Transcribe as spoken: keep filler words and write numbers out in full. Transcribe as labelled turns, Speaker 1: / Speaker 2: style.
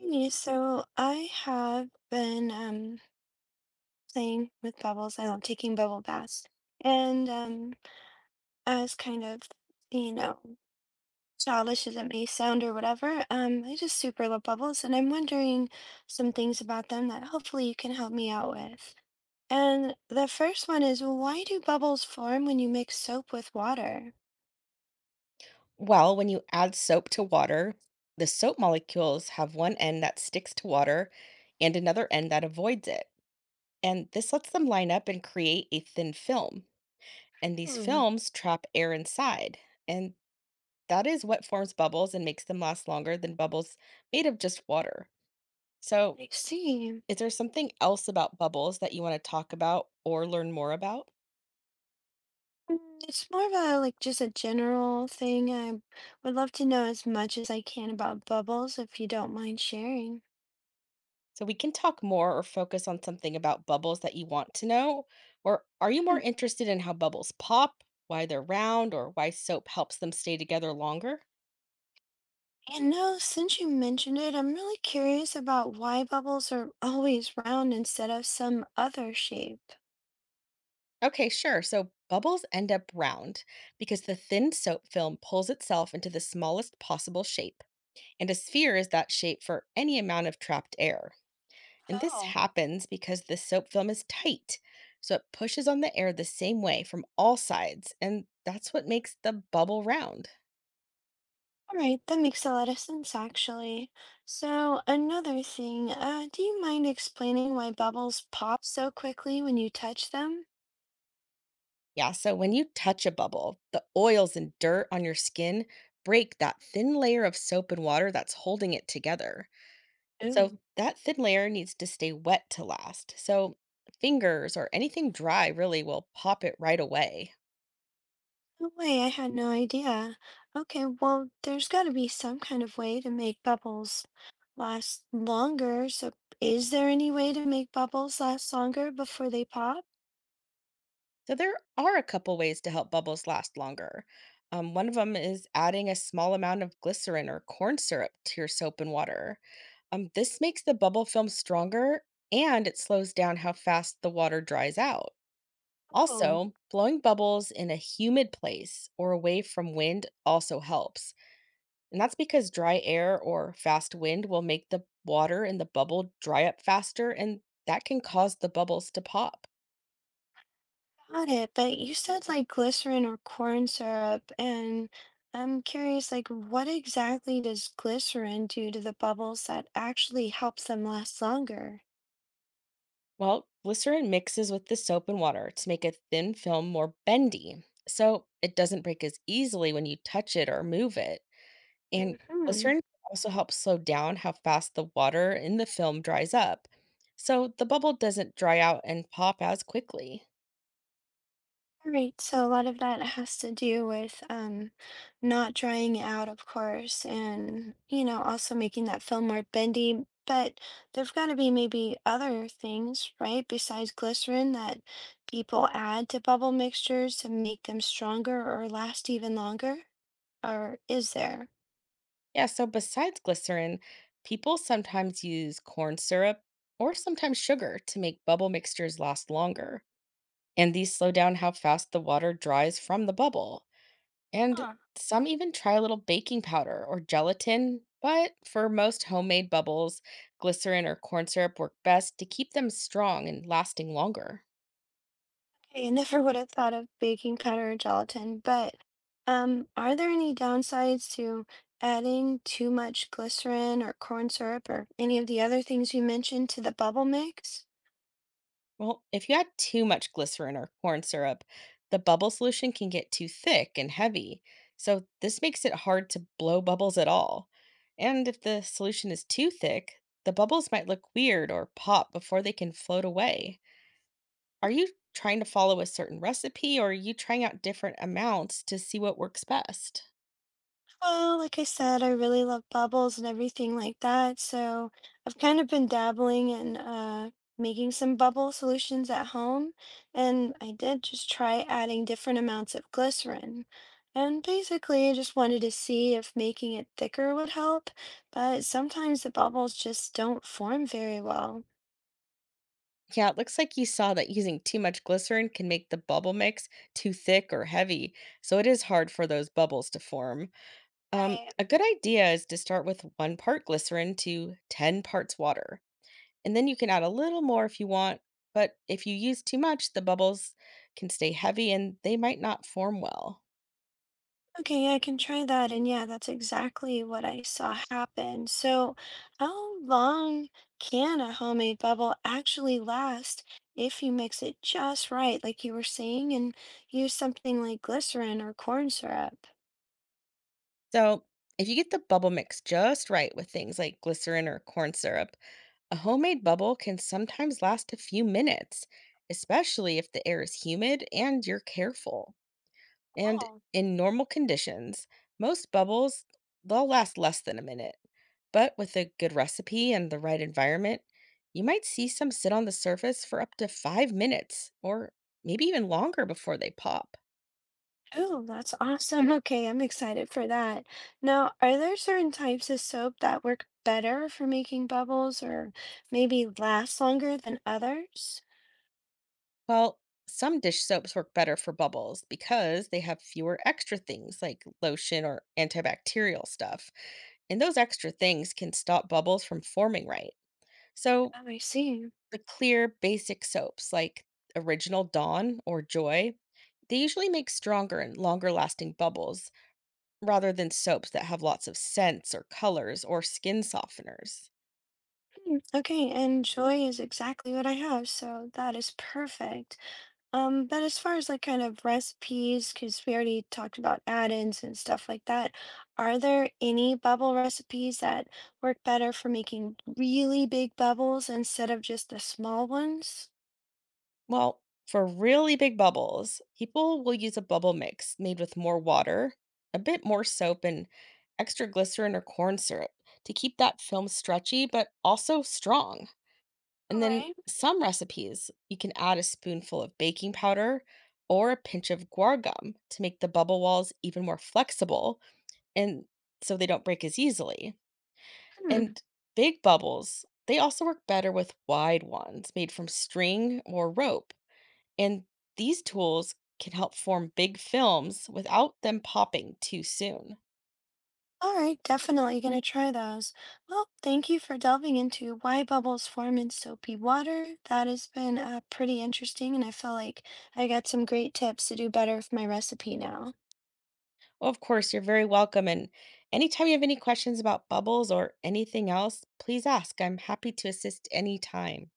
Speaker 1: Yeah, so I have been um, playing with bubbles. I love taking bubble baths. And um, as kind of, you know, childish as it may sound or whatever, um, I just super love bubbles. And I'm wondering some things about them that hopefully you can help me out with. And the first one is why do bubbles form when you mix soap with water?
Speaker 2: Well, when you add soap to water, the soap molecules have one end that sticks to water and another end that avoids it. And this lets them line up and create a thin film. And these
Speaker 1: Hmm.
Speaker 2: films trap air inside. And that is what forms bubbles and makes them last longer than bubbles made of just water. So,
Speaker 1: I see.
Speaker 2: is there something else about bubbles that you want to talk about or learn more about?
Speaker 1: Mm, it's more of a like just a general thing. I would love to know as much as I can about bubbles if you don't mind sharing.
Speaker 2: So we can talk more or focus on something about bubbles that you want to know. Or are you
Speaker 1: Hmm.
Speaker 2: more interested in how bubbles pop, why they're round, or why soap helps them stay together longer?
Speaker 1: And no, since you mentioned it, I'm really curious about why bubbles are always round instead of some other shape.
Speaker 2: Okay, sure. So bubbles end up round because the thin soap film pulls itself into the smallest possible shape, and a sphere is that shape for any amount of trapped air. And this
Speaker 1: Oh,
Speaker 2: happens because the soap film is tight, so it pushes on the air the same way from all sides, and that's what makes the bubble round.
Speaker 1: all right, that makes a lot of sense actually. So, another thing, uh, do you mind explaining why bubbles pop so quickly when you touch them?
Speaker 2: Yeah, so when you touch a bubble, the oils and dirt on your skin break that thin layer of soap and water that's holding it together. So
Speaker 1: Ooh.
Speaker 2: that thin layer needs to stay wet to last. So fingers or anything dry really will pop it right away.
Speaker 1: No way, I had no idea. Okay, well, there's got to be some kind of way to make bubbles last longer. So, is there any way to make bubbles last longer before they pop?
Speaker 2: So there are a couple ways to help bubbles last longer. Um, one of them is adding a small amount of glycerin or corn syrup to your soap and water. Um, this makes the bubble film stronger and it slows down how fast the water dries out.
Speaker 1: Oh,
Speaker 2: Also, blowing bubbles in a humid place or away from wind also helps. And that's because dry air or fast wind will make the water in the bubble dry up faster, and that can cause the bubbles to pop.
Speaker 1: got it. But you said like glycerin or corn syrup, and I'm curious, like, what exactly does glycerin do to the bubbles that actually helps them last longer?
Speaker 2: Well, glycerin mixes with the soap and water to make a thin film more bendy, so it doesn't break as easily when you touch it or move it. And
Speaker 1: Mm-hmm.
Speaker 2: glycerin also helps slow down how fast the water in the film dries up, so the bubble doesn't dry out and pop as quickly.
Speaker 1: All right, so a lot of that has to do with um, not drying it out, of course, and you know, also making that film more bendy. But there've got to be maybe other things, right, besides glycerin that people add to bubble mixtures to make them stronger or last even longer, or is there?
Speaker 2: Yeah, so besides glycerin, people sometimes use corn syrup or sometimes sugar to make bubble mixtures last longer. And these slow down how fast the water dries from the bubble. And some even try a little baking powder or gelatin, but for most homemade bubbles, glycerin or corn syrup work best to keep them strong and lasting longer.
Speaker 1: Okay, I never would have thought of baking powder or gelatin, but um, are there any downsides to adding too much glycerin or corn syrup or any of the other things you mentioned to the bubble mix?
Speaker 2: Well, if you add too much glycerin or corn syrup, the bubble solution can get too thick and heavy. So, this makes it hard to blow bubbles at all. And if the solution is too thick, the bubbles might look weird or pop before they can float away. Are you trying to follow a certain recipe or are you trying out different amounts to see what works best?
Speaker 1: Well, like I said, I really love bubbles and everything like that. So I've kind of been dabbling in uh, making some bubble solutions at home. And I did just try adding different amounts of glycerin. And basically, I just wanted to see if making it thicker would help. But sometimes the bubbles just don't form very well.
Speaker 2: Yeah, it looks like you saw that using too much glycerin can make the bubble mix too thick or heavy, so it is hard for those bubbles to form. Um,
Speaker 1: Right.
Speaker 2: a good idea is to start with one part glycerin to ten parts water. And then you can add a little more if you want, but if you use too much, the bubbles can stay heavy and they might not form well.
Speaker 1: Okay, yeah, I can try that. And yeah, that's exactly what I saw happen. So, how long can a homemade bubble actually last if you mix it just right, like you were saying, and use something like glycerin or corn syrup?
Speaker 2: So, if you get the bubble mix just right with things like glycerin or corn syrup, a homemade bubble can sometimes last a few minutes, especially if the air is humid and you're careful. And
Speaker 1: Wow.
Speaker 2: in normal conditions, most bubbles they'll last less than a minute. But with a good recipe and the right environment, you might see some sit on the surface for up to five minutes or maybe even longer before they pop.
Speaker 1: Oh, that's awesome. Okay, I'm excited for that. Now, are there certain types of soap that work better for making bubbles or maybe last longer than others?
Speaker 2: Well, some dish soaps work better for bubbles because they have fewer extra things like lotion or antibacterial stuff. And those extra things can stop bubbles from forming right. So,
Speaker 1: Oh, I see.
Speaker 2: the clear basic soaps like Original Dawn or Joy, they usually make stronger and longer lasting bubbles rather than soaps that have lots of scents or colors or skin softeners.
Speaker 1: Hmm, okay, and Joy is exactly what I have, so that is perfect. Um, but as far as like kind of recipes, because we already talked about add-ins and stuff like that, are there any bubble recipes that work better for making really big bubbles instead of just the small ones?
Speaker 2: Well, for really big bubbles, people will use a bubble mix made with more water, a bit more soap, and extra glycerin or corn syrup to keep that film stretchy but also strong.
Speaker 1: All
Speaker 2: And then
Speaker 1: right.
Speaker 2: some recipes, you can add a spoonful of baking powder or a pinch of guar gum to make the bubble walls even more flexible and so they don't break as easily.
Speaker 1: Hmm.
Speaker 2: And big bubbles, they also work better with wide ones made from string or rope. And these tools can help form big films without them popping too soon.
Speaker 1: All right, definitely going to try those. Well, thank you for delving into why bubbles form in soapy water. That has been uh, pretty interesting, and I feel like I got some great tips to do better with my recipe now.
Speaker 2: Oh, of course, you're very welcome. And anytime you have any questions about bubbles or anything else, please ask. I'm happy to assist anytime.